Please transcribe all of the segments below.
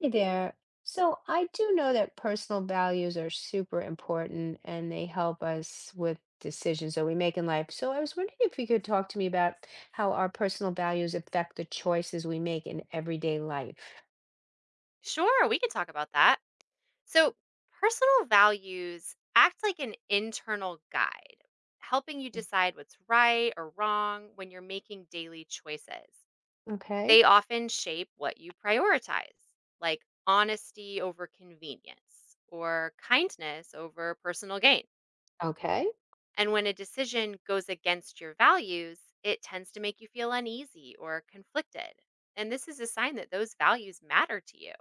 Hey there. So I do know that personal values are super important and they help us with decisions that we make in life. So I was wondering if you could talk to me about how our personal values affect the choices we make in everyday life. Sure, we can talk about that. So, personal values act like an internal guide, helping you decide what's right or wrong when you're making daily choices. Okay. They often shape what you prioritize, like honesty over convenience or kindness over personal gain. Okay. And when a decision goes against your values, it tends to make you feel uneasy or conflicted. And this is a sign that those values matter to you.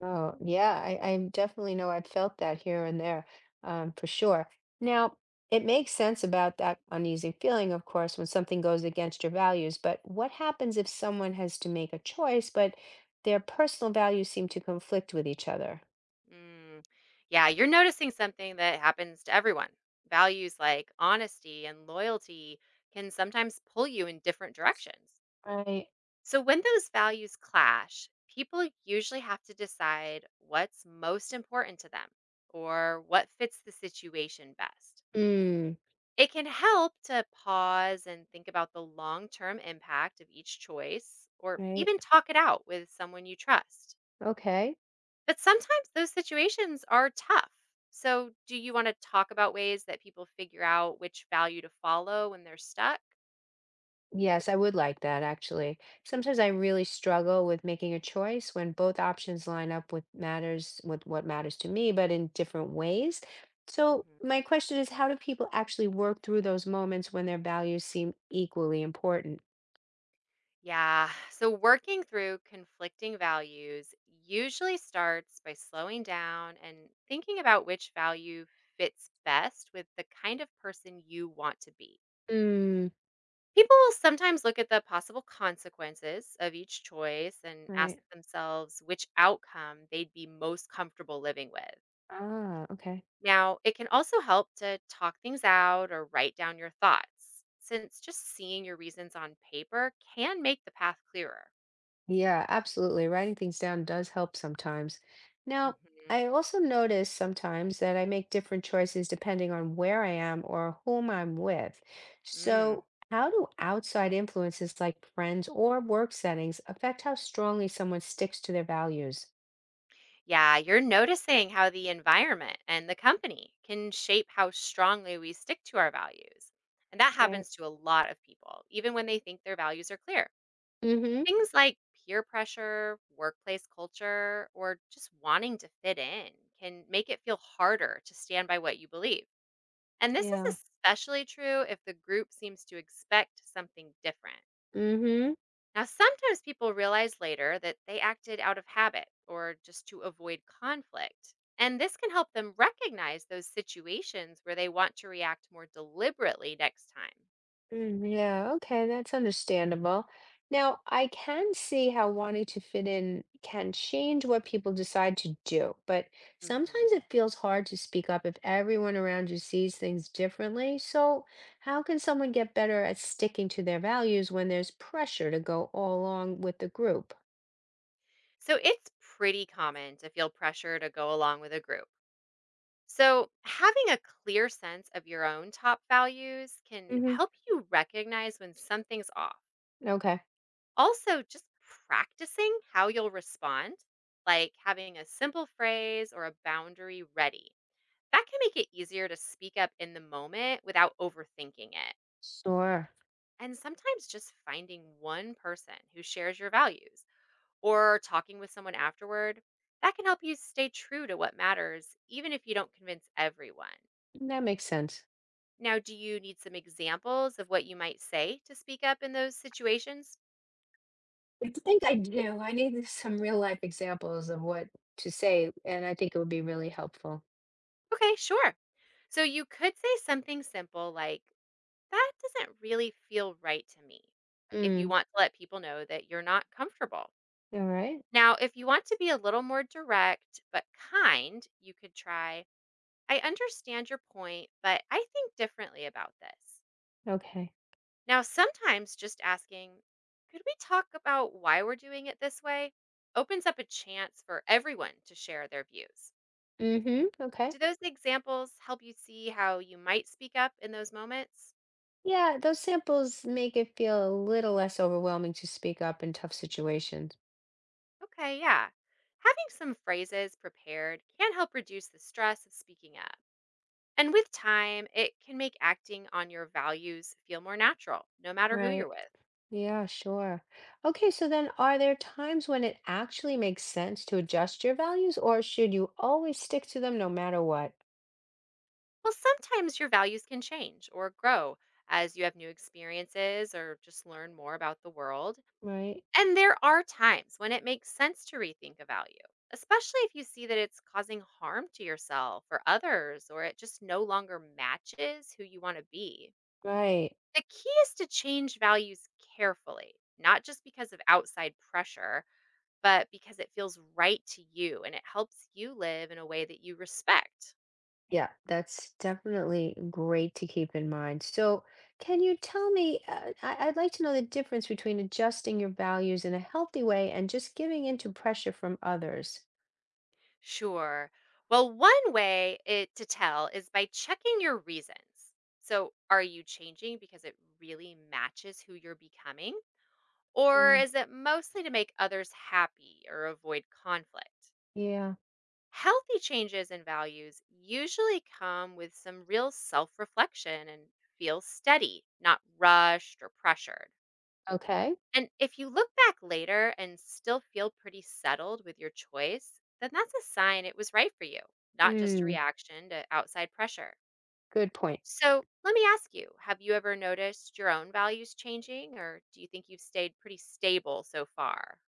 Oh, yeah, I definitely know I've felt that here and there, for sure. Now, it makes sense about that uneasy feeling, of course, when something goes against your values, but what happens if someone has to make a choice, but their personal values seem to conflict with each other? Mm. Yeah, you're noticing something that happens to everyone. Values like honesty and loyalty can sometimes pull you in different directions. Right. So, when those values clash, people usually have to decide what's most important to them or what fits the situation best. Mm, It can help to pause and think about the long term impact of each choice or even right. talk it out with someone you trust. Okay. But sometimes those situations are tough. So, do you want to talk about ways that people figure out which value to follow when they're stuck? Yes, I would like that actually. Sometimes I really struggle with making a choice when both options line up with matters with what matters to me, but in different ways. So Mhm. my question is, how do people actually work through those moments when their values seem equally important? Yeah. So, working through conflicting values usually starts by slowing down and thinking about which value fits best with the kind of person you want to be. Mm, People will sometimes look at the possible consequences of each choice and ask right. themselves which outcome they'd be most comfortable living with. Ah, okay. Now, it can also help to talk things out or write down your thoughts, since just seeing your reasons on paper can make the path clearer. Yeah, absolutely. Writing things down does help sometimes. Now, Hmm. I also notice sometimes that I make different choices depending on where I am or whom I'm with. Mm. So, how do outside influences like friends or work settings affect how strongly someone sticks to their values? Yeah, you're noticing how the environment and the company can shape how strongly we stick to our values. And that Right. happens to a lot of people, even when they think their values are clear. Mm-hmm. Things like peer pressure, workplace culture, or just wanting to fit in can make it feel harder to stand by what you believe. And this is Yeah. especially true if the group seems to expect something different. Mm-hmm. Now, sometimes people realize later that they acted out of habit or just to avoid conflict. And this can help them recognize those situations where they want to react more deliberately next time. Mm, yeah, okay, that's understandable. Now, I can see how wanting to fit in can change what people decide to do, but Mhm. sometimes it feels hard to speak up if everyone around you sees things differently. So, how can someone get better at sticking to their values when there's pressure to go all along with the group? So it's pretty common to feel pressure to go along with a group. So, having a clear sense of your own top values can Hmm. help you recognize when something's off. Okay, Also, just practicing how you'll respond, like having a simple phrase or a boundary ready. That can make it easier to speak up in the moment without overthinking it. sure. And sometimes just finding one person who shares your values or talking with someone afterward, that can help you stay true to what matters, even if you don't convince everyone. That makes sense. Now, do you need some examples of what you might say to speak up in those situations? I think I do. I need some real life examples of what to say, and I think it would be really helpful. Okay, sure. So you could say something simple like, "That doesn't really feel right to me," if you Mm. want to let people know that you're not comfortable. All right. Now, if you want to be a little more direct but kind, you could try, "I understand your point, but I think differently about this." Okay. Now, sometimes just asking, "could we talk about why we're doing it this way?" opens up a chance for everyone to share their views. Mm-hmm. Okay. Do those examples help you see how you might speak up in those moments? Yeah, those samples make it feel a little less overwhelming to speak up in tough situations. Okay, yeah. Having some phrases prepared can help reduce the stress of speaking up. And with time, it can make acting on your values feel more natural, no matter who you're Right. with. Yeah, sure. Okay, so then are there times when it actually makes sense to adjust your values, or should you always stick to them no matter what? Well, sometimes your values can change or grow as you have new experiences or just learn more about the world. Right. And there are times when it makes sense to rethink a value, especially if you see that it's causing harm to yourself or others, or it just no longer matches who you want to be. Right. The key is to change values carefully, not just because of outside pressure, but because it feels right to you and it helps you live in a way that you respect. Yeah, that's definitely great to keep in mind. So, can you tell me? I'd like to know the difference between adjusting your values in a healthy way and just giving in to pressure from others. Sure. Well, one way to tell is by checking your reasons. So, are you changing because it really matches who you're becoming? Or Mm, is it mostly to make others happy or avoid conflict? yeah. Healthy changes in values usually come with some real self reflection and feel steady, not rushed or pressured. Okay. And if you look back later and still feel pretty settled with your choice, then that's a sign it was right for you, not just a Mm, reaction to outside pressure. good point. So let me ask you, have you ever noticed your own values changing, or do you think you've stayed pretty stable so far?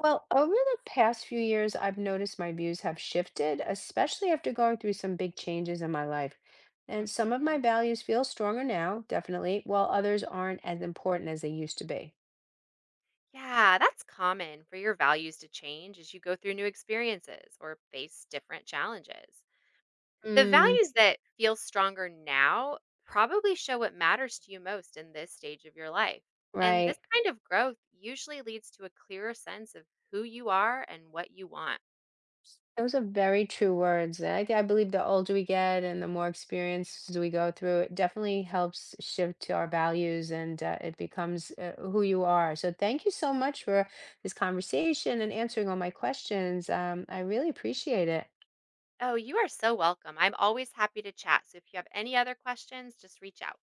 Well, over the past few years, I've noticed my views have shifted, especially after going through some big changes in my life. And some of Hmm. my values feel stronger now, definitely, while others aren't as important as they used to be. Yeah, that's common for your values to change as you go through new experiences or face different challenges. The Mm, values that feel stronger now probably show what matters to you most in this stage of your life. And right. this kind of growth usually leads to a clearer sense of who you are and what you want. Those are very true words. And I believe the older we get and the more experiences we go through, it definitely helps shift to our values and it becomes who you are. So, thank you so much for this conversation and answering all my questions. I really appreciate it. Oh, you are so welcome. I'm always happy to chat. So if you have any other questions, just reach out.